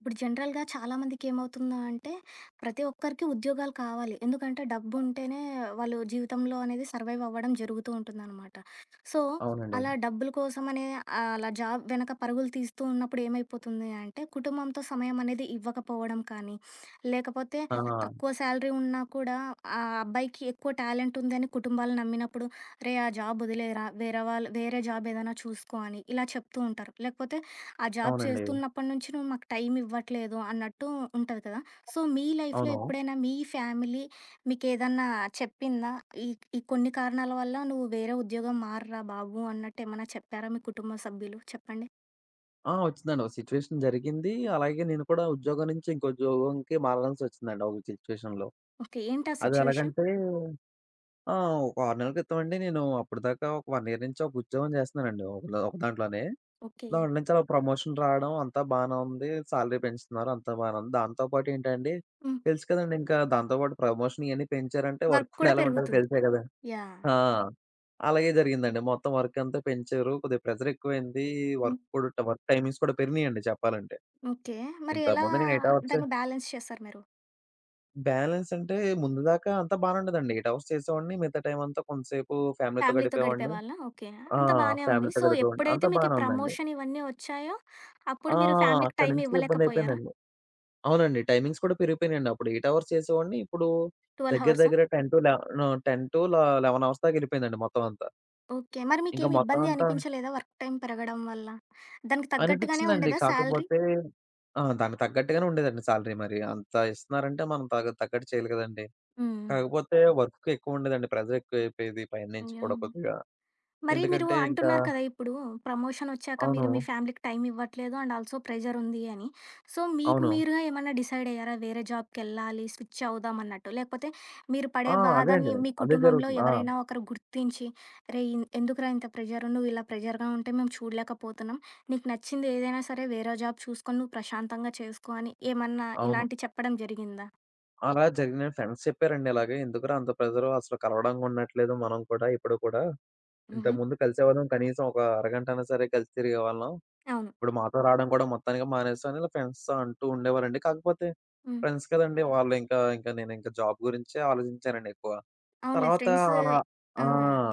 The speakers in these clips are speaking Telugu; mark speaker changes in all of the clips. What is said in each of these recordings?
Speaker 1: ఇప్పుడు జనరల్‌గా చాలామందికి ఏమవుతుందా అంటే, ప్రతి ఒక్కరికి ఉద్యోగాలు కావాలి. ఎందుకంటే డబ్బు ఉంటేనే వాళ్ళు జీవితంలో అనేది సర్వైవ్ అవ్వడం జరుగుతూ ఉంటుందనమాట. సో,
Speaker 2: అవునండి.
Speaker 1: అలా డబ్బుల కోసమనే అలా జాబ్ వెనక పరుగులు తీస్తూ ఉన్నప్పుడు ఏమైపోతుంది అంటే, కుటుంబంతో సమయం అనేది ఇవ్వకపోవడం కానీ, లేకపోతే
Speaker 2: ఆ!
Speaker 1: తక్కువ శాలరీ ఉన్నా కూడా ఆ అబ్బాయికి ఎక్కువ టాలెంట్ ఉందని కుటుంబాలు నమ్మినప్పుడు, "రేయ్! ఆ జాబ్ వదిలేయరా వేరే వాళ్ళు వేరే జాబ్ ఏదైనా చూసుకో" అని ఇలా చెప్తూ ఉంటారు. లేకపోతే ఆ జాబ్
Speaker 2: అవునండి.
Speaker 1: చేస్తున్నప్పటి నుంచి నువ్వు మాకు టైం ఇవ్వట్లేదు అన్నట్టు ఉంటది కదా! సో, మీ లైఫ్‌లో
Speaker 2: అవును.
Speaker 1: ఎప్పుడైనా మీ ఫ్యామిలీ మీకేదన్నా చెప్పిందా? ఈ ఈ కొన్ని కారణాల వల్ల నువ్వు వేరే ఉద్యోగం మారురా బాబు అన్నట్టు ఏమన్నా చెప్పారా మీ కుటుంబ సభ్యులు? చెప్పండి.
Speaker 2: వచ్చిందండి. ఒక సిట్యుయేషన్ జరిగింది. అలాగే నేను కూడా ఉద్యోగం నుంచి ఇంకో ఉద్యోగంకి మారాల్సొచ్చిందండి ఒక సిట్యుయేషన్‌లో.
Speaker 1: ఓకే. ఏంటి ఆ
Speaker 2: అది
Speaker 1: సిట్యుయేషన్?
Speaker 2: ఎలాగంటే ఆ! ఒక 6 నెలల క్రితం అండి, నేను అప్పటిదాకా ఒక 1 ఇయర్ నుంచి ఒక ఉద్యోగం చేస్తున్నానండి ఒక దాంట్లోనే.
Speaker 1: ఓకే.
Speaker 2: దాంట్లో నుంచి అలా ప్రమోషన్ రావడం అంతా బానే ఉంది. సాలరీ పెంచుతున్నారు, అంతా బానే ఉంది. దాంతో పాటు ఏంటంటే,
Speaker 1: హ్మ్.
Speaker 2: తెలుసు కదండీ! ఇంకా దాంతో పాటు ప్రమోషన్ ఇయన్నీ పెంచారంటే వర్క్
Speaker 1: వర్క్
Speaker 2: కూడా
Speaker 1: కూడా
Speaker 2: ఎలా ఉంటదో
Speaker 1: పెరుగుతుంది.
Speaker 2: తెలుసే కదండీ!
Speaker 1: యాహ్!
Speaker 2: ఆ! అలాగే జరిగిందండి. మొత్తం వర్కంతా పెంచారు. కొద్దిగా ప్రెషర్ ఎక్కువైంది.
Speaker 1: హ్మ్.
Speaker 2: వర్క్ టైమింగ్స్ కూడా పెరిగినియండి చెప్పాలంటే.
Speaker 1: ఓకే. మరి ఎలా
Speaker 2: ఇంతకుముందు నేను 8 అవర్స్,
Speaker 1: దాన్ని బ్యాలెన్స్ చేశారు మీరు?
Speaker 2: బ్యాలెన్స్ అంటే ముందు దాకా అంతా బానే ఉండేదండి. 8 అవర్స్ చేసేవాడిని. మిగతా టైం అంతా కొంతసేపు ఫ్యామిలీతో
Speaker 1: ఫ్యామిలీతో
Speaker 2: గడిపేవాడిని.
Speaker 1: గడిపేవాళ్ళా? ఓకే.
Speaker 2: ఆ!
Speaker 1: అంతా బానే ఉంది.
Speaker 2: ఫ్యామిలీతో
Speaker 1: సో,
Speaker 2: గడిపేవాడిని.
Speaker 1: ఎప్పుడైతే
Speaker 2: అంతా
Speaker 1: మీకు ఈ
Speaker 2: బానే ఉందండి.
Speaker 1: ప్రమోషన్ ఇవన్నీ వచ్చాయో, అప్పుడు
Speaker 2: ఆ!
Speaker 1: మీరు ఫ్యామిలీకి
Speaker 2: అక్కడి
Speaker 1: టైం
Speaker 2: నుంచి
Speaker 1: ఇవ్వలేకపోయారా?
Speaker 2: ఇబ్బందయిపోయిందండి. అవునండి. టైమింగ్స్ కూడా పెరిగిపోయినియండి. అప్పుడు 8 అవర్స్ చేసేవాడిని. ఇప్పుడు
Speaker 1: 12
Speaker 2: దగ్గర
Speaker 1: హవర్సా?
Speaker 2: దగ్గర 10-11, 10-11 అవర్స్ దాకా ఎళ్ళిపోయిందండి మొత్తం అంతా.
Speaker 1: ఓకే. మరి
Speaker 2: ఇంకా
Speaker 1: మీకేమి
Speaker 2: మొత్తం
Speaker 1: ఇబ్బంది
Speaker 2: అంతా
Speaker 1: అనిపించలేదా వర్క్ టైమ్ పెరగడం వల్ల? దానికి తగ్గట్టుగానే
Speaker 2: అనిపించిందండి.
Speaker 1: ఉండేదా శాలరీ?
Speaker 2: కాకపోతే దానికి తగ్గట్టుగానే ఉండేదండి సాలరీ మరి. అంత ఇస్తున్నారంటే మనం తగ్గట్టు చేయాలి కదండీ.
Speaker 1: హ్మ్.
Speaker 2: కాకపోతే వర్క్ ఎక్కువుండేదండి. ప్రెషర్ ఎక్కువైపోయేది పైనుంచి
Speaker 1: అయ్యో!
Speaker 2: కూడా కొద్దిగా.
Speaker 1: మరి మీరు
Speaker 2: ఎందుకంటే ఇంకా
Speaker 1: అంటున్నారు కదా ఇప్పుడు ప్రమోషన్ వచ్చాక మీరు
Speaker 2: అవును.
Speaker 1: మీ ఫ్యామిలీకి టైం ఇవ్వట్లేదు అండ్ ఆల్సో ప్రెజర్ ఉంది అని. సో మీకు
Speaker 2: అవును.
Speaker 1: మీరుగా ఏమన్నా డిసైడ్ అయ్యారా? వేరే జాబ్‌కెళ్ళాలి, స్విచ్ అవుదాం అన్నట్టు. లేకపోతే మీరు పడే
Speaker 2: అదే
Speaker 1: బాధని
Speaker 2: అండి.
Speaker 1: మీ
Speaker 2: అదే
Speaker 1: కుటుంబంలో
Speaker 2: జరుగుతుంది.
Speaker 1: ఎవరైనా ఒకరు గుర్తించి, "రేయ్! ఇన్ ఎందుకురా ఇంత ప్రెజర్? నువ్వు ఇలా ప్రెజర్‌గా ఉంటే మేము చూడలేకపోతున్నాం. నీకు నచ్చింది ఏదైనా సరే వేరే జాబ్ చూసుకొని నువ్వు ప్రశాంతంగా చేసుకో" అని ఏమన్నా
Speaker 2: అవును.
Speaker 1: ఇలాంటివి చెప్పడం జరిగిందా?
Speaker 2: అలా జరిగిన ఫ్రెండ్స్ చెప్పారండి ఇలాగే. "ఎందుకురా అంత ప్రెషరు? అసలు కలవడం ఉండట్లేదు మనం కూడా ఇప్పుడు కూడా.
Speaker 1: హుహు.
Speaker 2: ఇంతకుముందు కలిసేవాళ్ళం, కనీసం ఒక అరగంట అయినా సరే కలిసి తిరిగేవాళ్ళం."
Speaker 1: అవును.
Speaker 2: ఇప్పుడు మాతో రావడం కూడా మొత్తానికి మానేసాను, ఇలా ఫ్రెండ్స్‌తో అంటూ ఉండేవారండి. కాకపోతే
Speaker 1: హ్మ్.
Speaker 2: ఫ్రెండ్స్ కదండీ! వాళ్ళు ఇంకా, నేనింకా జాబ్ గురించే ఆలోచించానండి ఎక్కువ.
Speaker 1: అవునులే.
Speaker 2: తర్వాత
Speaker 1: ఫ్రెండ్స్
Speaker 2: అలా
Speaker 1: ఆ!
Speaker 2: ఆ!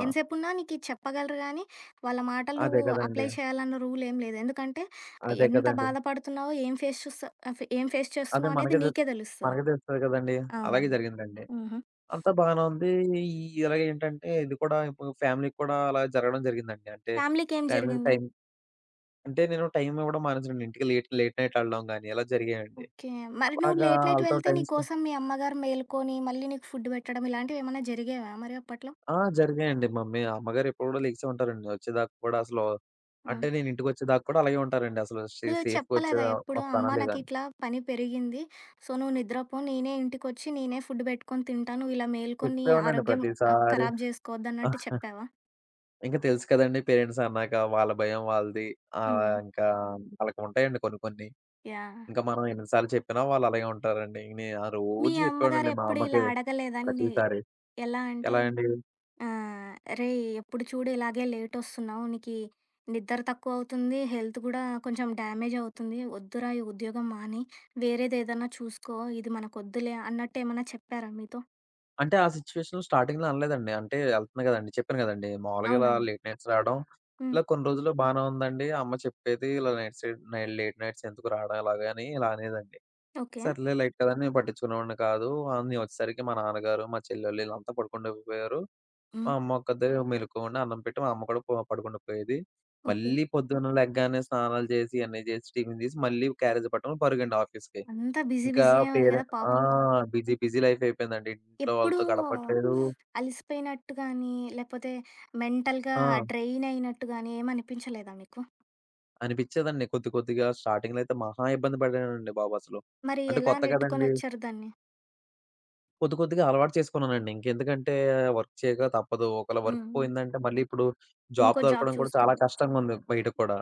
Speaker 1: ఎంతసేపున్నా నీకిది చెప్పగలరు గానీ, వాళ్ళ మాటలు
Speaker 2: అదే
Speaker 1: నువ్వు
Speaker 2: కదండీ!
Speaker 1: అప్లై చేయాలన్న రూలేం లేదు. ఎందుకంటే,
Speaker 2: అదే
Speaker 1: ఎంత
Speaker 2: కదండీ!
Speaker 1: బాధపడుతున్నావో, ఏం ఫేస్
Speaker 2: అదే
Speaker 1: చేస్తున్నావో అనేది
Speaker 2: మనకే తె
Speaker 1: నీకే తెలుస్తది.
Speaker 2: మనకే తెలుస్తది కదండీ! అలాగే
Speaker 1: అవునవును.
Speaker 2: జరిగిందండి.
Speaker 1: హుహు.
Speaker 2: అంతా బానే ఉంది. ఈ ఇలాగేంటంటే, ఇది కూడా ఇప్పుడు ఫ్యామిలీకి కూడా అలా జరగడం జరిగిందండి. అంటే
Speaker 1: ఫ్యామిలీకేం
Speaker 2: ఫ్యామిలీకి
Speaker 1: జరిగింది?
Speaker 2: టైం, అంటే నేను టైం ఇవ్వడం మానేసానండి. ఇంటికి లేట్, లేట్ నైట్ ఎళ్ళడం గాని ఇలా జరిగాయండి.
Speaker 1: ఓకే. మరి నువ్వు
Speaker 2: అలాగా
Speaker 1: లేట్ నైట్
Speaker 2: ఆళ్ళతో
Speaker 1: వెళ్తే,
Speaker 2: టైమ్ స్పె
Speaker 1: నీకోసం మీ అమ్మగారు మేలుకొని, మళ్ళీ నీకు ఫుడ్ పెట్టడం, ఇలాంటివేమన్నా జరిగేవా మరి అప్పట్లో?
Speaker 2: జరిగాయండి. మమ్మీ అమ్మగారు ఎప్పుడు కూడా లెగిసే ఉంటారండి, వచ్చేదాకా కూడా. అసలు
Speaker 1: హ్మ్.
Speaker 2: అంటే నేను ఇంటికొచ్చేదాకా కూడా అలాగే ఉంటారండి. అసలు
Speaker 1: నువ్వు
Speaker 2: సేఫ్‌గా
Speaker 1: చెప్పలేదా ఎప్పుడు?
Speaker 2: వస్తానా
Speaker 1: అమ్మ
Speaker 2: లేదా అని.
Speaker 1: నాకిట్లా పని పెరిగింది. సో, నువ్వు నిద్రపో. నేనే ఇంటికొచ్చి నేనే ఫుడ్ పెట్టుకొని తింటా. నువ్వు ఇలా మేలుకొని నీ
Speaker 2: చెప్పేవాడినండి
Speaker 1: ఆరోగ్యం
Speaker 2: ప్రతిసారి.
Speaker 1: ఖరాబ్ చేసుకోవద్దన్నట్టు చెప్పావా?
Speaker 2: ఇంక తెలుసు కదండీ, పేరెంట్స్ అన్నాక వాళ్ళ భయం వాళ్ళది. ఆహ్,
Speaker 1: హ్మ్.
Speaker 2: ఇంకా వాళ్ళకి ఉంటాయండి కొన్ని కొన్ని.
Speaker 1: యాహ్!
Speaker 2: ఇంకా మనం ఎన్ని సార్లు చెప్పినా వాళ్ళు అలాగే ఉంటారండి. ఆ
Speaker 1: మీ
Speaker 2: రోజు
Speaker 1: అమ్మగారు
Speaker 2: చెప్పేవాడినండి మా
Speaker 1: ఎప్పుడు ఇలా
Speaker 2: అమ్మకి
Speaker 1: అడగలేదా? నీ
Speaker 2: ప్రతిసారి.
Speaker 1: ఎలా అంటే
Speaker 2: ఎలా అండి?
Speaker 1: ఆహ్, "రేయ్! ఎప్పుడు చూడు ఇలాగే లేటొస్తున్నావు. నీకి నిద్ర తక్కువ అవుతుంది. హెల్త్ కూడా కొంచెం డ్యామేజ్ అవుతుంది. వద్దురా ఈ ఉద్యోగం మానేయి. వేరేదేదన్నా చూసుకో. ఇది మనకొద్దులే" అన్నట్టేమన్నా చెప్పారా మీతో?
Speaker 2: అంటే ఆ సిట్యుయేషన్‌లో స్టార్టింగ్‌లో అనలేదండి. అంటే ఎళ్తున్నా గదండీ! చెప్పాను గదండీ! మామూలుగా ఇలా
Speaker 1: అవునవును.
Speaker 2: లేట్ నైట్స్ రావడం,
Speaker 1: హ్మ్.
Speaker 2: ఇలా కొన్ని రోజులు బానే ఉందండి. అమ్మ చెప్పేది, ఇలా నైట్ సైడ్ నై లేట్ నైట్స్ ఎందుకు రావడం ఇలాగా అని ఇలా అనేదండి.
Speaker 1: ఓకే.
Speaker 2: సర్లే, లైట్ కదా అని నేను పట్టించుకునేవాడిని కాదు. నేను వచ్చేసరికి మా నాన్నగారు, మా చెల్లోళ్ళు ఈళ్ళంతా పడుకుండిపోయారు.
Speaker 1: హ్మ్.
Speaker 2: మా అమ్మ ఒక్కతే మెలుకువ ఉండి అన్నం పెట్టి మా అమ్మ కూడా పడుకుండిపోయేది.
Speaker 1: ఓకే.
Speaker 2: మళ్ళీ పొద్దున్న లెగ్గానే స్నానాలు జేసి, ఇయన్నీ జేసి, టిఫిన్ జేసి, మళ్ళీ క్యారేజ్ పట్టుకొని పరుగండి ఆఫీస్‌కి.
Speaker 1: అంతా బిజీ
Speaker 2: ఇంకా
Speaker 1: బిజీయే ఉంది గదా!
Speaker 2: పేరెంట్ ఆ!
Speaker 1: పాపం.
Speaker 2: బిజీ బిజీ లైఫ్ అయిపోయిందండి. ఇంట్లో
Speaker 1: ఎప్పుడూ
Speaker 2: వాళ్ళతో గడపట్లేదు.
Speaker 1: అలిసిపోయినట్టు గానీ, లేకపోతే మెంటల్‌గా
Speaker 2: ఆ!
Speaker 1: డ్రైన్ అయినట్టు గానీ ఏమనిపించలేదా మీకు?
Speaker 2: అనిపిచ్చేదండి. కొద్ది కొద్దిగా స్టార్టింగ్‌లో అయితే మహా ఇబ్బంది పడానండి బాబు అసలు.
Speaker 1: మరి
Speaker 2: అంటే
Speaker 1: ఎలా
Speaker 2: కొత్త కదండీ!
Speaker 1: నెట్టుకొనొచ్చారు దాన్ని?
Speaker 2: కొద్ది కొద్దిగా అలవాటు చేసుకున్నానండి. ఇంకెందుకంటే వర్క్ చేయక తప్పదు. ఒకవేళ
Speaker 1: హ్మ్.
Speaker 2: వర్క్
Speaker 1: హ్మ్.
Speaker 2: పోయిందంటే మళ్ళీ ఇప్పుడు
Speaker 1: ఇంకో
Speaker 2: జాబ్
Speaker 1: జాబ్
Speaker 2: దొరకడం కూడా చాలా
Speaker 1: చూసుకోవాలి.
Speaker 2: కష్టంగా ఉంది బయట కూడా.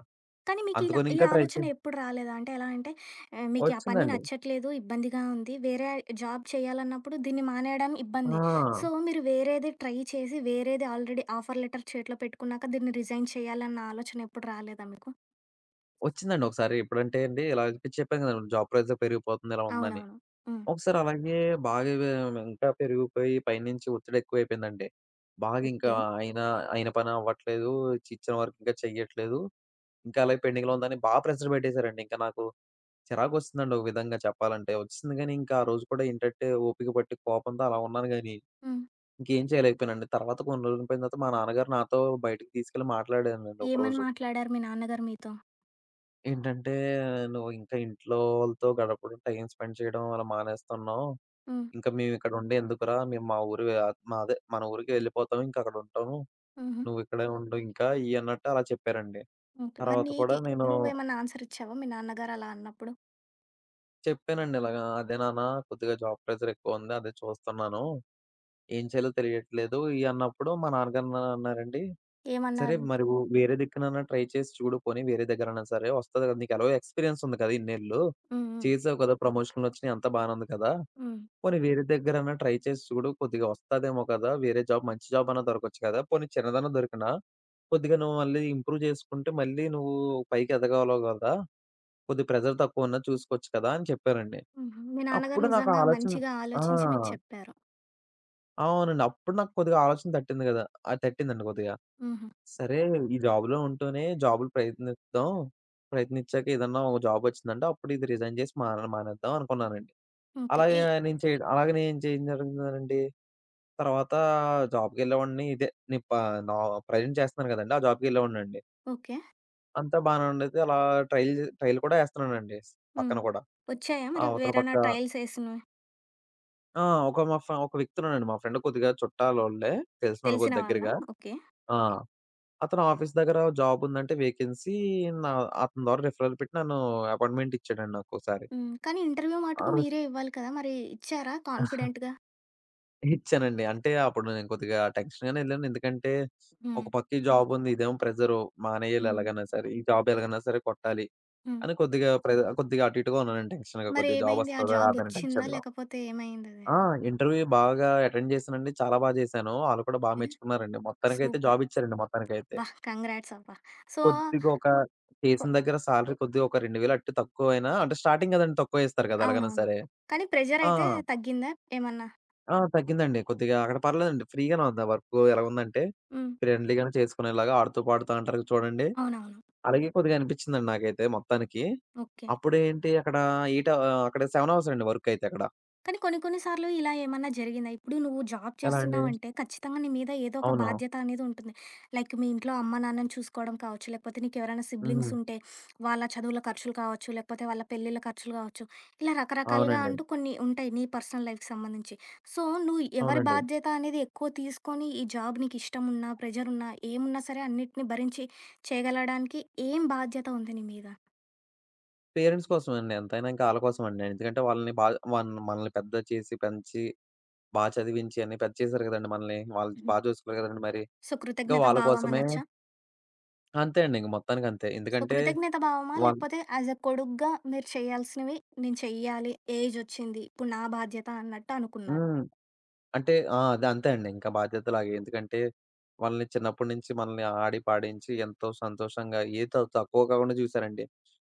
Speaker 1: కానీ మీకిలా
Speaker 2: అందుకని
Speaker 1: ఈ
Speaker 2: ఇంకా ట్రై చే
Speaker 1: ఆలోచన ఎప్పుడు రాలేదా? అంటే ఎలా అంటే ఆహ్, మీకీ ఆ పని
Speaker 2: వచ్చిందండి.
Speaker 1: నచ్చట్లేదు, ఇబ్బందిగా ఉంది. వేరే జాబ్ చేయాలన్నప్పుడు దీన్ని మానేయడం ఇబ్బందే. సో,
Speaker 2: ఆ!
Speaker 1: మీరు వేరేది ట్రై చేసి, వేరేది ఆల్రెడీ ఆఫర్ లెటర్ చేతిలో పెట్టుకున్నాక దీన్ని రిజైన్ చేయాలన్న ఆలోచన ఎప్పుడు రాలేదా మీకు?
Speaker 2: వచ్చిందండి ఒకసారి. ఎప్పుడంటే అండి, ఇలా చెప్పి చెప్పాను కదండి, జాబ్ ప్రెజర్ పెరిగిపోతుంది ఇలా ఉందని.
Speaker 1: అవునవును. హ్మ్.
Speaker 2: ఒకసారి అలాగే బాగా వే ఇంకా పెరిగిపోయి పైనుంచి ఒత్తిడి ఎక్కువైపోయిందండి. బాగా ఇంకా
Speaker 1: ఓకే.
Speaker 2: అయిన అయిన పని అవ్వట్లేదు. ఇచ్చిన వర్క్ ఇంకా చెయ్యట్లేదు. ఇంకా అలాగే పెండింగ్‌లో ఉందని బా ప్రెషర్ పెట్టేసారండి. ఇంకా నాకు చిరాకొస్తుందండి ఒక విధంగా చెప్పాలంటే. వచ్చిసింది గానీ ఇంకా ఆ రోజు కూడా ఏంటంటే, ఓపిక పట్టి కోపంతో అలా ఉన్నాను గానీ,
Speaker 1: హ్మ్.
Speaker 2: ఇంకేం చేయలేకపోయానండి. తర్వాత కొన్ని రోజులు పోయిన తర్వాత మా నాన్నగారు నాతో బయటికి తీసుకెళ్ళి మాట్లాడారండి
Speaker 1: ఏమని
Speaker 2: ఒకరోజు.
Speaker 1: మాట్లాడారు మీ నాన్నగారు మీతో?
Speaker 2: ఏంటంటే, "నువ్వు ఇంకా ఇంట్లో వాళ్ళతో గడపడం, టైమ్ స్పెండ్ చేయడం అలా మానేస్తున్నావు.
Speaker 1: హ్మ్.
Speaker 2: ఇంకా మేమిక్కడుండి ఎందుకురా? మేము మా ఊరు, మా అదే మన ఊరికే వెళ్ళిపోతాం. ఇంకక్కడ ఉంటాము.
Speaker 1: హుహు.
Speaker 2: నువ్విక్కడే ఉండు ఇంకా" ఇయి అన్నట్టు అలా చెప్పారండి.
Speaker 1: ఓకే. మరి
Speaker 2: తర్వాత కూడా నేను
Speaker 1: నువ్వేమన్నా ఆన్సర్ ఇచ్చావా మీ నాన్నగారు అలా అన్నప్పుడు?
Speaker 2: చెప్పానండి ఇలాగా. "అదే నాన్న, కొద్దిగా జాబ్ ప్రెషర్ ఎక్కువుంది. అదే చూస్తున్నాను. ఏం చేయాలో తెలియట్లేదు" ఇయి అన్నప్పుడు మా నాన్నగారు అన్నారండి, "సరే
Speaker 1: ఏమన్నారు?
Speaker 2: మరి వేరే దిక్కునన్నా ట్రై చేసి చూడు పోనీ, వేరే దగ్గరన్నా సరే. వస్తది కదా! నీకెలాగో ఎక్స్‌పీరియన్స్ ఉంది కదా! ఇన్నేళ్ళు
Speaker 1: హ్మ్. హ్మ్.
Speaker 2: చేసావు కదా! ప్రమోషన్‌లొచ్చినియి అంతా బానే ఉంది కదా!
Speaker 1: హ్మ్.
Speaker 2: పోనీ వేరే దగ్గరన్నా ట్రై చేసి చూడు. కొద్దిగా వస్తదేమో కదా! వేరే జాబ్, మంచి జాబ్ అన్నా దొరకొచ్చు కదా! పోనీ చిన్నదన్నా దొరికినా, కొద్దిగా నువ్వు మళ్ళీ ఇంప్రూవ్ చేసుకుంటే మళ్ళీ నువ్వు పైకి ఎదగగలవు కదా! కొద్దిగా ప్రెషర్ తక్కువున్నా చూసుకోవచ్చు కదా!" అని చెప్పారండి.
Speaker 1: హుహు. మీ నాన్నగారు
Speaker 2: అప్పుడు నాకు
Speaker 1: నిజంగా
Speaker 2: ఆలోచన,
Speaker 1: మంచిగా
Speaker 2: ఆ!
Speaker 1: ఆలోచించి మీకు చెప్పారు.
Speaker 2: అవునండి. అప్పుడు నాకు కొద్దిగా ఆలోచన తట్టింది గదా! అది తట్టిందండి కొద్దిగా.
Speaker 1: హుహు.
Speaker 2: సరే, ఈ జాబ్‌లో ఉంటూనే జాబులు ప్రయత్నిద్దాం. ప్రయత్నిచ్చాక ఏదన్నా ఒక జాబొచ్చిందంటే అప్పుడు ఇది రిజైన్ చేసి మానేద్దాం అనుకున్నానండి.
Speaker 1: ఓకే.
Speaker 2: అలాగే
Speaker 1: ఈ
Speaker 2: అలాగే నేను చేయడం జరిగిందేనండి. తర్వాత జాబ్‌కెళ్ళేవాడిని. ఇదే నేను ప నా ప్రెజెంట్ చేస్తున్నాను గదండీ! ఆ జాబ్‌కెళ్ళేవాడినండి.
Speaker 1: ఓకే.
Speaker 2: అంతా బానే ఉండేది. అలా ట్రైల్ ట్రైల్ కూడా ఏస్తున్నానండి
Speaker 1: హ్మ్.
Speaker 2: పక్కన కూడా.
Speaker 1: వచ్చాయా మరి
Speaker 2: అవతల
Speaker 1: వేరేనా
Speaker 2: పక్క
Speaker 1: ట్రయల్స్ ఏసినవి?
Speaker 2: ఆ! ఒక వ్యక్తున్నాడండి, మా ఫ్రెండ్, కొద్దిగా చుట్టాలోళ్ళే. తెలిసినోళ్ళు
Speaker 1: తెలిసిన
Speaker 2: కొద్ది
Speaker 1: వాళ్ళా?
Speaker 2: దగ్గరగా.
Speaker 1: ఓకే.
Speaker 2: ఆ! అతను ఆఫీస్ దగ్గర జాబుందంటే వేకెన్సీ, నా అతని ద్వారా రిఫరల్ పెట్టి నన్ను అపాయింట్మెంట్ ఇచ్చాడండి నాకోసారి.
Speaker 1: హ్మ్. కానీ ఇంటర్వ్యూ
Speaker 2: ఆ
Speaker 1: మటుకు
Speaker 2: రోజు
Speaker 1: మీరే ఇవ్వాలి కదా! మరి ఇచ్చారా కాన్ఫిడెంట్‌గా?
Speaker 2: ఇచ్చానండి. అంటే అప్పుడు నేను కొద్దిగా టెన్షన్‌గానే ఎళ్ళాను. ఎందుకంటే
Speaker 1: హ్మ్.
Speaker 2: ఒక పక్క ఈ జాబుంది. ఇదేమో ప్రెషరు, మానేయాలి
Speaker 1: హ్మ్.
Speaker 2: ఎలాగైనా సరే. ఈ జాబ్ ఎలాగైనా సరే కొట్టాలి
Speaker 1: హ్మ్.
Speaker 2: అని కొద్దిగా అటు ఇటుగా ఉన్నానండి టెన్షన్‌గా, కొద్దిగా
Speaker 1: మరేమైంది? ఆ
Speaker 2: జాబొస్తదో
Speaker 1: జాబ్
Speaker 2: రాదో అనే
Speaker 1: వచ్చిందా?
Speaker 2: టెన్షన్‌లో.
Speaker 1: లేకపోతే ఏమైందది?
Speaker 2: ఆ! ఇంటర్వ్యూ బాగా అటెండ్ చేశానండి. చాలా బా చేశాను. ఆళ్ళు కూడా బా
Speaker 1: ఏ
Speaker 2: మెచ్చుకున్నారండి. మొత్తానికైతే
Speaker 1: సూపర్.
Speaker 2: జాబ్ ఇచ్చారండి మొత్తానికైతే.
Speaker 1: అబ్బా! కంగ్రాట్స్ అబ్బా! సో,
Speaker 2: కొద్దిగా ఒక
Speaker 1: కొ
Speaker 2: చేసిన దగ్గర సాలరీ కొద్దిగా ఒక 2,000 అటు తక్కువైనా, అంటే స్టార్టింగ్ కదండీ తక్కువే ఇస్తారు కదా! ఎలాగైనా
Speaker 1: అవునవును.
Speaker 2: సరే.
Speaker 1: కానీ
Speaker 2: ఆ!
Speaker 1: ప్రెషరైతే తగ్గిందా ఏమన్నా?
Speaker 2: తగ్గిందండి. కొద్దిగా అక్కడ పర్లేదండి. ఫ్రీగానే ఉంది. ఆ వర్క్ ఎలా ఉందంటే
Speaker 1: హ్మ్.
Speaker 2: ఫ్రెండ్లీగానే చేసుకునేలాగా, ఆడుతూ పాడుతూ అంటారు చూడండి,
Speaker 1: అవునవును.
Speaker 2: అలాగే కొద్దిగా అనిపించిందండి నాకైతే మొత్తానికి.
Speaker 1: ఓకే.
Speaker 2: అప్పుడేంటి అక్కడ 8, అక్కడ 7 అవర్స్ అండి వర్క్ అయితే అక్కడ.
Speaker 1: కానీ కొన్ని కొన్ని సార్లు ఇలా ఏమన్నా జరిగిందా? ఇప్పుడు నువ్వు జాబ్
Speaker 2: ఎలా అండి?
Speaker 1: చేస్తున్నావంటే ఖచ్చితంగా నీ మీద ఏదో ఒక
Speaker 2: అవును.
Speaker 1: బాధ్యత అనేది ఉంటుంది. లైక్ మీ ఇంట్లో అమ్మానాన్నని చూసుకోవడం కావచ్చు, లేకపోతే నీకెవరైనా సిబ్లింగ్స్
Speaker 2: హ్మ్.
Speaker 1: ఉంటే వాళ్ళ చదువుల ఖర్చులు కావచ్చు, లేకపోతే వాళ్ళ పెళ్ళిళ్ళ ఖర్చులు కావచ్చు, ఇలా రకరకాలుగా
Speaker 2: అవునండి.
Speaker 1: అంటూ కొన్ని ఉంటాయి నీ పర్సనల్ లైఫ్‌కి సంబంధించి. సో, నువ్వు ఎవరి
Speaker 2: అవునండి.
Speaker 1: బాధ్యత అనేది ఎక్కువ తీసుకొని ఈ జాబ్ నీకిష్టమున్నా, ప్రెజరున్నా, ఏమున్నా సరే అన్నిటిని భరించి చేయగలడానికి ఏం బాధ్యత ఉంది నీ మీద?
Speaker 2: పేరెంట్స్ కోసమండి. ఎంతైనా ఇంకా ఆళ్ళ కోసమండి. ఎందుకంటే వాళ్ళని బా, మనల్ని పెద్ద చేసి, పెంచి, బా చదివించి అన్ని పెద్ద చేశారు గదండీ మనల్ని. వాళ్ళు బా చూసుకున్నారు గదండీ మరి.
Speaker 1: సో,
Speaker 2: ఇంకా
Speaker 1: కృతజ్ఞతా
Speaker 2: వాళ్ళ
Speaker 1: భావం
Speaker 2: కోసమే
Speaker 1: అనొచ్చా?
Speaker 2: అంతే అండి. ఇంక మొత్తానికంతే.
Speaker 1: సో,
Speaker 2: ఎందుకంటే
Speaker 1: కృతజ్ఞత భావమా?
Speaker 2: వాళ్
Speaker 1: లేకపోతే యాజ్ ఎ కొడుగ్గా మీరు చేయాల్సినవి నేను చెయ్యాలి. ఏజొచ్చింది. ఇప్పుడు నా బాధ్యత అన్నట్టు అనుకున్నారు.
Speaker 2: హ్మ్. అంటే అది అంతే అండి. ఇంకా బాధ్యతలాగే. ఎందుకంటే వాళ్ళని చిన్నప్పటి నుంచి మనల్ని ఆడి పాడించి ఎంతో సంతోషంగా ఏది తక్కువ కాకుండా చూసారండి.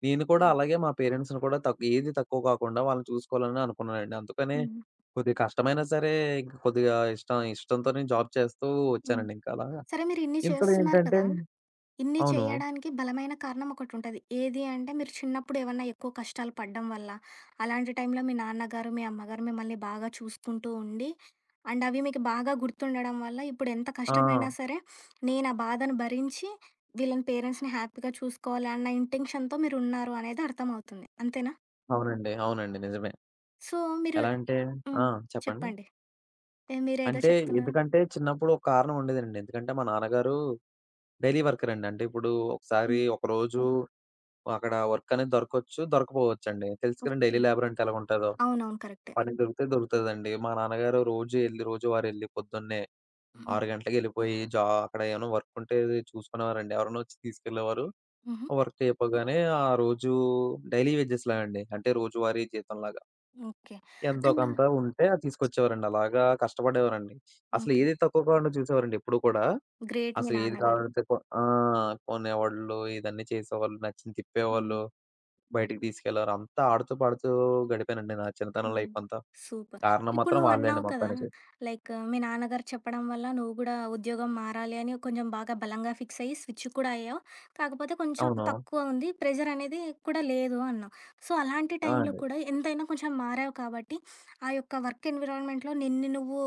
Speaker 2: నేను కూడా
Speaker 1: హ్మ్.
Speaker 2: అలాగే మా పేరెంట్స్‌ని కూడా ఏది తక్కువ కాకుండా వాళ్ళని చూసుకోవాలని అనుకున్నానండి. అందుకనే
Speaker 1: హ్మ్.
Speaker 2: కొద్దిగా కష్టమైనా సరే ఇంక కొద్దిగా ఇష్టంతోనే జాబ్ చేస్తూ
Speaker 1: హ్మ్.
Speaker 2: వచ్చానండి ఇంకా అలాగా.
Speaker 1: సరే మీరిన్ని
Speaker 2: ఇంతలో
Speaker 1: చేస్తున్నారు
Speaker 2: ఏంటంటే
Speaker 1: కదా! ఇన్ని
Speaker 2: అవును.
Speaker 1: చేయడానికి బలమైన కారణం ఒకటుంటది. ఏది అంటే మీరు చిన్నప్పుడు ఏమన్నా ఎక్కువ కష్టాలు పడ్డం వల్ల, అలాంటి టైంలో మీ నాన్నగారు, మీ అమ్మగారు మిమ్మల్ని బాగా చూసుకుంటూ ఉండి అండ్ అవి మీకు బాగా గుర్తుండడం వల్ల ఇప్పుడు ఎంత
Speaker 2: ఆ!
Speaker 1: కష్టమైనా సరే నేను ఆ బాధను భరించి వీళ్ళని పేరెంట్స్‌ని హ్యాపీగా చూసుకోవాలి అన్న ఇంటెన్షన్‌తో మీరున్నారు అనేది అర్థమవుతుంది. అంతేనా?
Speaker 2: అవునండి. అవునండి. నిజమే.
Speaker 1: సో మీరు
Speaker 2: ఎలా అంటే
Speaker 1: హ్మ్.
Speaker 2: ఆ! చెప్పండి.
Speaker 1: చెప్పండి. ఏ మీరేదో
Speaker 2: అంటే,
Speaker 1: చెప్తున్నారు?
Speaker 2: ఎందుకంటే చిన్నప్పుడు ఒక కారణం ఉండేదండి. ఎందుకంటే మా నాన్నగారు డైలీ వర్కరండి. అంటే ఇప్పుడు ఒకసారి
Speaker 1: హ్మ్.
Speaker 2: ఒకరోజు అక్కడ వర్క్ అనేది దొరకొచ్చు, దొరకపోవచ్చండి. తెలుసు కదండీ
Speaker 1: ఓకే.
Speaker 2: డైలీ లేబర్ అంటే ఎలాగుంటదో.
Speaker 1: అవునవును. కరెక్టే.
Speaker 2: పని దొరికితే దొరుకుతదండి. మా నాన్నగారు రోజు ఎళ్లి, రోజువారెళ్లి పొద్దున్నే
Speaker 1: హ్మ్.
Speaker 2: 6 గంటలకెళ్ళిపోయి అక్కడ ఏమైనా వర్క్ ఉంటే చూసుకునేవారండి. ఎవరైనా వచ్చి తీసుకెళ్ళేవారు.
Speaker 1: హుహు.
Speaker 2: వర్క్ అయిపోగానే ఆ రోజు డైలీ వేజెస్ లాగండి. అంటే రోజువారీ జీతంలాగా.
Speaker 1: ఓకే.
Speaker 2: ఎంతో
Speaker 1: అండ్
Speaker 2: కొంత ఉంటే అది తీసుకొచ్చేవారండి. అలాగా కష్టపడేవారండి. అసలు
Speaker 1: ఓకే.
Speaker 2: ఏది తక్కువ కాకుండా చూసేవారండి ఎప్పుడు కూడా.
Speaker 1: గ్రేట్ మీ
Speaker 2: అసలు ఏది
Speaker 1: నాన్నగారు.
Speaker 2: కావాలంటే కొ ఆ! కొనేవాళ్ళు, ఇదన్నీ చేసేవాళ్ళు, నచ్చింది
Speaker 1: హ్మ్.
Speaker 2: తిప్పేవాళ్ళు, బయటికి తీసుకెళ్లారు. అంతా ఆడుతూ, పాడుతూ గడిపానండి నా చిన్నతనం
Speaker 1: హ్మ్.
Speaker 2: లైఫ్ అంతా.
Speaker 1: సూపర్.
Speaker 2: కారణం
Speaker 1: ఇప్పుడు
Speaker 2: మాత్రం వాళ్ళే
Speaker 1: నువ్వన్నావు
Speaker 2: అండి
Speaker 1: కదా!
Speaker 2: మొత్తానికి.
Speaker 1: లైక్ మీ నాన్నగారు చెప్పడం వల్ల నువ్వు గూడా ఉద్యోగం మారాలి అని కొంచెం బాగా బలంగా ఫిక్స్ అయ్యి స్విచ్ కూడా అయ్యావు. కాకపోతే కొంచెం
Speaker 2: అవును.
Speaker 1: తక్కువ ఉంది. ప్రెషర్ అనేది కూడా లేదు అన్నావు. సో, అలాంటి టైంలో
Speaker 2: అండి.
Speaker 1: కూడా ఎంతైనా కొంచెం మారావు కాబట్టి, ఆ వర్క్ ఎన్విరాన్మెంట్‌లో నిన్ను నువ్వు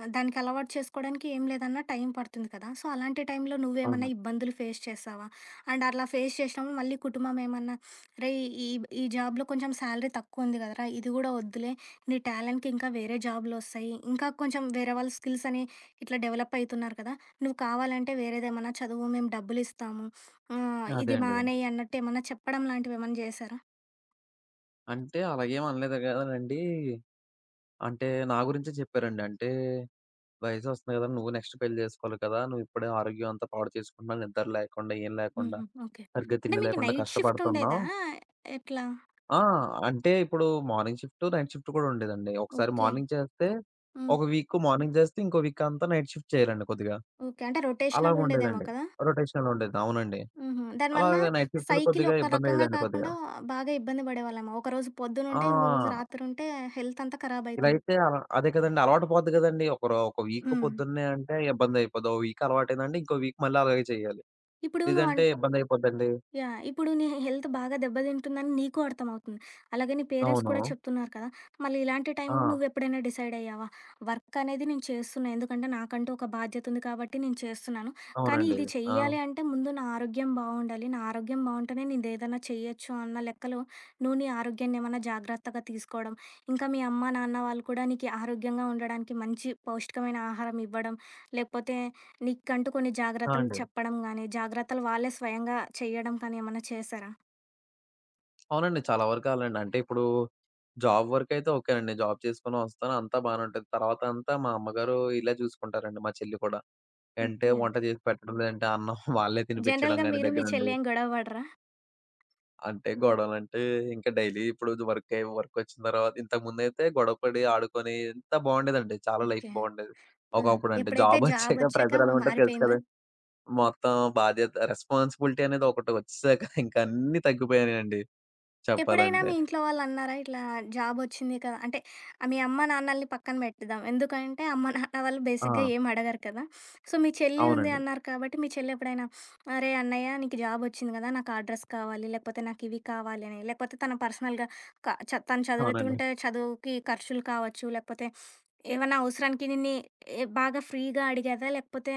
Speaker 1: దానికి అలవాటు చేసుకోవడానికి ఏం లేదన్నా టైం పడుతుంది కదా! సో, అలాంటి టైంలో నువ్వేమన్నా
Speaker 2: అవును.
Speaker 1: ఇబ్బందులు ఫేస్ చేశావా? అండ్ అలా ఫేస్ చేసినప్పుడు మళ్ళీ కుటుంబం ఏమన్నా రేయ్! ఈ ఈ జాబ్‌లో కొంచెం సాలరీ తక్కువుంది కదరా! ఇది గూడా వద్దులే. నీ టాలెంట్‌కి ఇంకా వేరే జాబ్‌లొస్తాయి. ఇంకా కొంచెం వేరే వాళ్ళ స్కిల్స్ అని ఇట్లా డెవలప్ అయితున్నారు కదా! నువ్వు కావాలంటే వేరేదేమన్నా చదువు. మేము డబ్బులిస్తాము.
Speaker 2: అదే
Speaker 1: ఇది
Speaker 2: అండి.
Speaker 1: మానేయి అన్నట్టు ఏమన్నా చెప్పడం లాంటివేమన్నా చేశారా?
Speaker 2: అంటే అలాగేం అనలేదు గానండి. అంటే నా గురించే చెప్పారండి. అంటే, "వయసొస్తుంది కదా! నువ్వు నెక్స్ట్ పెళ్లి చేసుకోవాలి కదా! నువ్వు ఇప్పుడే ఆరోగ్యం అంతా పాడు చేసుకుంటున్నావు. నిద్ర లేకుండా, ఏం లేకుండా,
Speaker 1: హుహు. ఓకే.
Speaker 2: సరిగ్గా
Speaker 1: అంటే
Speaker 2: తిండి
Speaker 1: మీకు
Speaker 2: లేకుండా
Speaker 1: నైట్ షిఫ్ట్ ఉండేదా?
Speaker 2: కష్టపడుతున్నావు."
Speaker 1: ఎట్లా?
Speaker 2: ఆ! అంటే ఇప్పుడు మార్నింగ్ షిఫ్ట్, నైట్ షిఫ్ట్ కూడా ఉండేదండి. ఒకసారి
Speaker 1: ఓకే.
Speaker 2: మార్నింగ్ చేస్తే,
Speaker 1: హ్మ్.
Speaker 2: ఒక వీక్ మార్నింగ్ చేస్తే, ఇంకో వీక్ అంతా నైట్ షిఫ్ట్ చేయాలండి కొద్దిగా.
Speaker 1: ఓకే. అంటే రొటేషనల్ ఉండేదేమో
Speaker 2: అలాగుండేదండి.
Speaker 1: కదా!
Speaker 2: రొటేషన్‌లో ఉండేది. అవునండి.
Speaker 1: హుహు. దానివల్ల
Speaker 2: అలాగా నైట్ షిఫ్ట్‌లు
Speaker 1: సైకిల్
Speaker 2: కొద్దిగా
Speaker 1: ఒక రకంగా
Speaker 2: ఇబ్బందయ్యేదండి కొద్దిగా.
Speaker 1: కాకుండా బాగా ఇబ్బంది పడేవాళ్ళమా? ఒకరోజు పొద్దునుంటే, ఇంకో రోజు
Speaker 2: ఆ!
Speaker 1: రాత్రుంటే హెల్త్ అంతా
Speaker 2: ఇలా
Speaker 1: ఖరాబయితుంది.
Speaker 2: అయితే అలా అదే కదండీ అలవాటు పోద్ది కదండీ. ఒక వీక్
Speaker 1: హ్మ్.
Speaker 2: పొద్దున్నే అంటే ఇబ్బందయిపోద్ది. ఓ వీక్ అలవాటైందంటే ఇంకో వీక్ మళ్ళీ అలాగే చేయాలి.
Speaker 1: ఇప్పుడు నువ్వు అన్
Speaker 2: లేదంటే ఇబ్బందయిపోద్దండి.
Speaker 1: యాహ్! ఇప్పుడు నీ హెల్త్ బాగా దెబ్బతింటుందని నీకు అర్థమవుతుంది. అలాగే నీ పేరెంట్స్
Speaker 2: అవును.
Speaker 1: కూడా చెప్తున్నారు కదా! మళ్ళీ ఇలాంటి
Speaker 2: ఆ!
Speaker 1: టైంలో నువ్వెప్పుడైనా డిసైడ్ అయ్యావా? వర్క్ అనేది నేను చేస్తున్నా. ఎందుకంటే నాకంటూ ఒక బాధ్యత ఉంది కాబట్టి నేను చేస్తున్నాను. కానీ
Speaker 2: అవునండి.
Speaker 1: ఇది
Speaker 2: ఆ!
Speaker 1: చెయ్యాలి అంటే ముందు నా ఆరోగ్యం బావుండాలి. నా ఆరోగ్యం బావుంటేనే నేనేదైనా చెయ్యొచ్చు అన్న లెక్కలో నువ్వు నీ ఆరోగ్యాన్ని ఏమన్నా జాగ్రత్తగా తీసుకోవడం, ఇంకా మీ అమ్మ, నాన్న వాళ్ళు కూడా నీకు ఆరోగ్యంగా ఉండడానికి మంచి పౌష్టికమైన ఆహారం ఇవ్వడం, లేకపోతే నీకంటూ కొన్ని జాగ్రత్తలు
Speaker 2: అండి.
Speaker 1: చెప్పడం గానీ, జాగ్రత్తలు వాళ్ళే స్వయంగా చెయ్యడం కానీ ఏమన్నా చేశారా?
Speaker 2: అవునండి. చాలా వరకు అలాండి. అంటే ఇప్పుడు జాబ్ వరకైతే ఓకేనండి. జాబ్ చేసుకొని వస్తాను. అంతా బానే ఉంటది. తర్వాతంతా మా అమ్మగారు ఈళ్ళే చూసుకుంటారండి. మా చెల్లి కూడా. అంటే
Speaker 1: ఓకే.
Speaker 2: వంట చేసి పెట్టడం, లేదంటే అన్నం వాళ్ళే తినిపించడం
Speaker 1: జనరల్‌గా
Speaker 2: గాని
Speaker 1: మీరు మీ
Speaker 2: దగ్గరుండి.
Speaker 1: చెల్లి ఏం గొడవ పడరా?
Speaker 2: అంటే గొడవలంటే ఇంకా డైలీ ఇప్పుడు వర్కొచ్చిన తర్వాత ఇంతకుముందైతే గొడవ పడి ఆడుకొని ఎంత బావుండేదండి. చాలా లైఫ్
Speaker 1: ఓకే.
Speaker 2: బావుండేది.
Speaker 1: ఆహా!
Speaker 2: ఒకప్పుడంటే
Speaker 1: ఎప్పుడైతే
Speaker 2: జాబొచ్చాక
Speaker 1: జాబొచ్చాక
Speaker 2: ప్రెషర్ ఎలా ఉంటదో తెలుసు
Speaker 1: మారిపోయిందా?
Speaker 2: కదా! మొత్తం బాధ్యత, రెస్పాన్సిబిలిటీ అనేది ఒకటి వచ్చేసాక ఇంకా అన్నీ తగ్గిపోయాయండి
Speaker 1: ఎప్పుడైనా
Speaker 2: చెప్పాలంటే.
Speaker 1: మీ ఇంట్లో వాళ్ళన్నారా? ఇట్లా జాబొచ్చింది కదా! అంటే ఆ మీ అమ్మ, నాన్నల్ని పక్కన పెట్టిద్దాం. ఎందుకంటే అమ్మ, నాన్న వాళ్ళు
Speaker 2: ఆ!
Speaker 1: బేసిక్‌గా ఏం అడగరు కదా! సో, మీ చెల్లి ఉంది
Speaker 2: అవునండి.
Speaker 1: అన్నారు కాబట్టి, మీ చెల్లి ఎప్పుడైనా "అరే అన్నయ్య నీకు జాబొచ్చింది కదా! నాకు ఆ డ్రెస్ కావాలి, లేకపోతే నాకు ఇవి కావాలి" అని, లేకపోతే తన పర్సనల్‌గా క చ తను
Speaker 2: అవునండి.
Speaker 1: చదువుతుంటే చదువుకి ఖర్చులు కావచ్చు, లేకపోతే ఏవన్నా అవసరానికి నిన్ని ఎ బాగా ఫ్రీగా అడిగేదా? లేకపోతే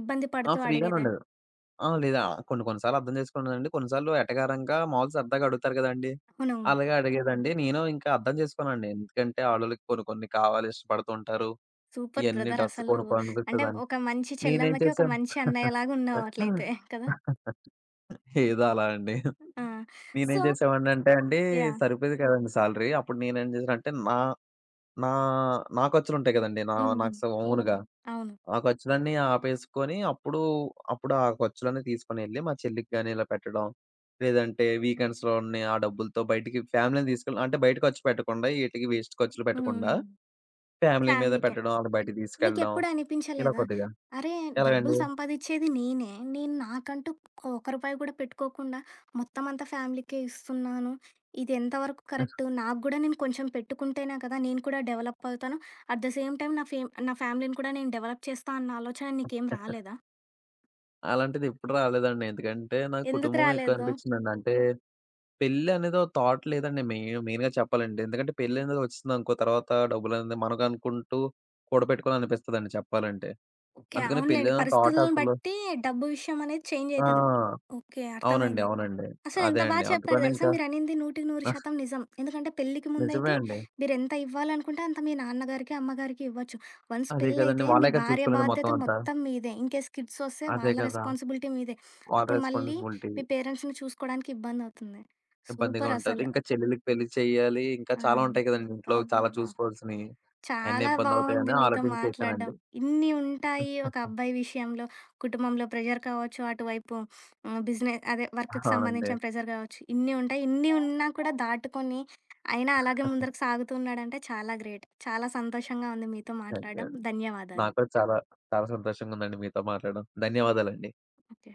Speaker 1: ఇబ్బంది పడుతూ
Speaker 2: ఫ్రీగానే
Speaker 1: అడిగేదా?
Speaker 2: ఉండేది. లేదా కొన్ని కొన్ని సార్లు అర్థం చేసుకున్నానండి. కొన్నిసార్లు ఎటకారంగా మామూలు సరదాగా అడుగుతారు గదండీ!
Speaker 1: అవునవును.
Speaker 2: అలాగే అడిగేదండి. నేను ఇంకా అర్థం చేసుకోనండి. ఎందుకంటే ఆడోళ్ళకి కొన్ని కొన్ని కావాలి ఇష్టపడుతూ ఉంటారు.
Speaker 1: సూపర్
Speaker 2: ఇయన్నీ
Speaker 1: బ్రదర్
Speaker 2: డ్రగ్స్
Speaker 1: అసలు నువ్వు.
Speaker 2: కొనుక్కో
Speaker 1: అంటే
Speaker 2: అనిపిస్తదని.
Speaker 1: ఒక మంచి
Speaker 2: నేనేం
Speaker 1: చెల్లెమ్మకి, ఒక
Speaker 2: చేశాను
Speaker 1: మంచి అన్నయ్యలాగా ఉన్నావు అట్లయితే కదా!
Speaker 2: ఏదో అలా అండి.
Speaker 1: ఆ! సో
Speaker 2: నేనేం చేసేవాడినంటే అండి
Speaker 1: యాహ్!
Speaker 2: సరిపోయేది కాదండి సాలరీ. అప్పుడు నేనేం చేశానంటే నా నా నా ఖర్చులుంటాయి గదండీ! నా
Speaker 1: హ్మ్. హ్మ్.
Speaker 2: నాకు ఓన్‌గా.
Speaker 1: అవును.
Speaker 2: ఆ ఖర్చులన్నీ ఆపేసుకొని అప్పుడు, ఆ ఖర్చులన్నీ తీసుకొనెళ్ళి మా చెల్లికి గాని ఇలా పెట్టడం. లేదంటే వీకెండ్స్‌లో ఉన్న ఆ డబ్బులతో బయటికి ఫ్యామిలీ‌ని తీసుకెళ్ళడం. అంటే బయట ఖర్చు పెట్టకుండా, ఈటికి వేస్ట్ ఖర్చులు
Speaker 1: హ్మ్.
Speaker 2: పెట్టకుండా
Speaker 1: హ్మ్.
Speaker 2: ఫ్యామిలీ మీద
Speaker 1: ఫ్యామిలీకే.
Speaker 2: పెట్టడం, అటు బయటికి తీసుకెళ్ళడం
Speaker 1: నీకెప్పుడు
Speaker 2: ఇలా
Speaker 1: అనిపించలేదా?
Speaker 2: కొద్దిగా.
Speaker 1: అరే! డబ్బులు
Speaker 2: ఎలాగండి?
Speaker 1: సంపాదిచ్చేది నేనే. నేను నాకంటూ ఒక్క రూపాయి కూడా పెట్టుకోకుండా మొత్తం అంతా ఫ్యామిలీకే ఇస్తున్నాను. ఇది ఎంతవరకు కరెక్టు? నాకు గూడా నేను కొంచెం పెట్టుకుంటేనే కదా! నేను కూడా డెవలప్ అవుతాను. అట్ ద సేమ్ టైమ్ నా ఫ్యామిలీని కూడా నేను డెవలప్ చేస్తా అన్న ఆలోచన నీకేం రాలేదా?
Speaker 2: అలాంటిది ఎప్పుడు రాలేదండి. ఎందుకంటే నాకు
Speaker 1: ఎందుకు
Speaker 2: కుటుంబమే ఎక్కువ
Speaker 1: రాలేదు?
Speaker 2: అనిపించిందండి. అంటే పెళ్లి అనేది ఒక థాట్ లేదండి, మెయిన్‌గా చెప్పాలంటే. ఎందుకంటే పెళ్లి అనేది వచ్చిందనుకో, తర్వాత డబ్బులనేది మనకనుకుంటూ కూడబెట్టుకోవాలనిపిస్తదండి చెప్పాలంటే.
Speaker 1: ఓకే.
Speaker 2: అందుకని పెళ్లి
Speaker 1: అవునులెండి.
Speaker 2: అనే థాట్
Speaker 1: పరిస్థితులను
Speaker 2: అసలు.
Speaker 1: బట్టి డబ్బు విషయం అనేది చేంజ్ అయితది.
Speaker 2: ఆ!
Speaker 1: ఓకే.
Speaker 2: అవునండి.
Speaker 1: అర్థమైంది.
Speaker 2: అవునండి. అదే
Speaker 1: అసలెంత బా
Speaker 2: అండి.
Speaker 1: చెప్పారు
Speaker 2: అందుకని
Speaker 1: తెలుసా?
Speaker 2: ఇంకా
Speaker 1: మీరనింది 100% నిజం. ఎందుకంటే పెళ్ళికి
Speaker 2: నిజమే
Speaker 1: ముందైతే
Speaker 2: అండి.
Speaker 1: మీరెంత ఇవ్వాలనుకుంటే అంత మీ నాన్నగారికి, అమ్మగారికి ఇవ్వచ్చు. వన్స్
Speaker 2: అదే కదండీ.
Speaker 1: పెళ్ళైతే మీ
Speaker 2: వాళ్ళే కదా
Speaker 1: భార్య
Speaker 2: చూసుకోలేదు
Speaker 1: బాధ్యత
Speaker 2: మొత్తం అంతా.
Speaker 1: మొత్తం మీదే. ఇన్‌కేస్ కిడ్స్ వస్తే
Speaker 2: అదే
Speaker 1: వాళ్ళ
Speaker 2: కదా!
Speaker 1: రెస్పాన్సిబిలిటీ మీదే.
Speaker 2: వాళ్ళ
Speaker 1: అప్పుడు మళ్ళీ
Speaker 2: రెస్పాన్సిబిలిటీ.
Speaker 1: మీ పేరెంట్స్‌ని చూసుకోడానికి ఇబ్బందవుతుంది.
Speaker 2: ఇబ్బందిగా ఉంటది.
Speaker 1: సూపరసలు.
Speaker 2: ఇంకా చెల్లెలికి పెళ్లి చేయాలి. ఇంకా
Speaker 1: ఆ!
Speaker 2: చాలా ఉంటాయి కదండీ, ఇంట్లో చాలా
Speaker 1: అబ్బబ్బబ్బా!
Speaker 2: చూసుకోవాల్సినయి. అయన్నీ
Speaker 1: చాలా బాగుంది
Speaker 2: ఇబ్బందవుతాయని
Speaker 1: మీతో
Speaker 2: ఆలోచించి
Speaker 1: మాట్లాడడం.
Speaker 2: చేశానండి.
Speaker 1: ఇన్ని ఉంటాయి ఒక అబ్బాయి విషయంలో, కుటుంబంలో ప్రెషర్ కావచ్చు, అటువైపు హ్మ్, బిజినె అదే వర్క్‌కి
Speaker 2: అవునండి.
Speaker 1: సంబంధించిన ప్రెషర్ కావచ్చు. ఇన్ని ఉంటాయి. ఇన్ని ఉన్నా కూడా దాటుకొని, అయినా అలాగే ముందరకు సాగుతున్నాడంటే చాలా గ్రేట్. చాలా సంతోషంగా ఉంది మీతో
Speaker 2: థాంక్ యూ
Speaker 1: మాట్లాడడం.
Speaker 2: అండి.
Speaker 1: ధన్యవాదాలు.
Speaker 2: నాకు కూడా చాలా, చాలా సంతోషంగా ఉందండి మీతో మాట్లాడడం. ధన్యవాదాలండి.
Speaker 1: ఓకే.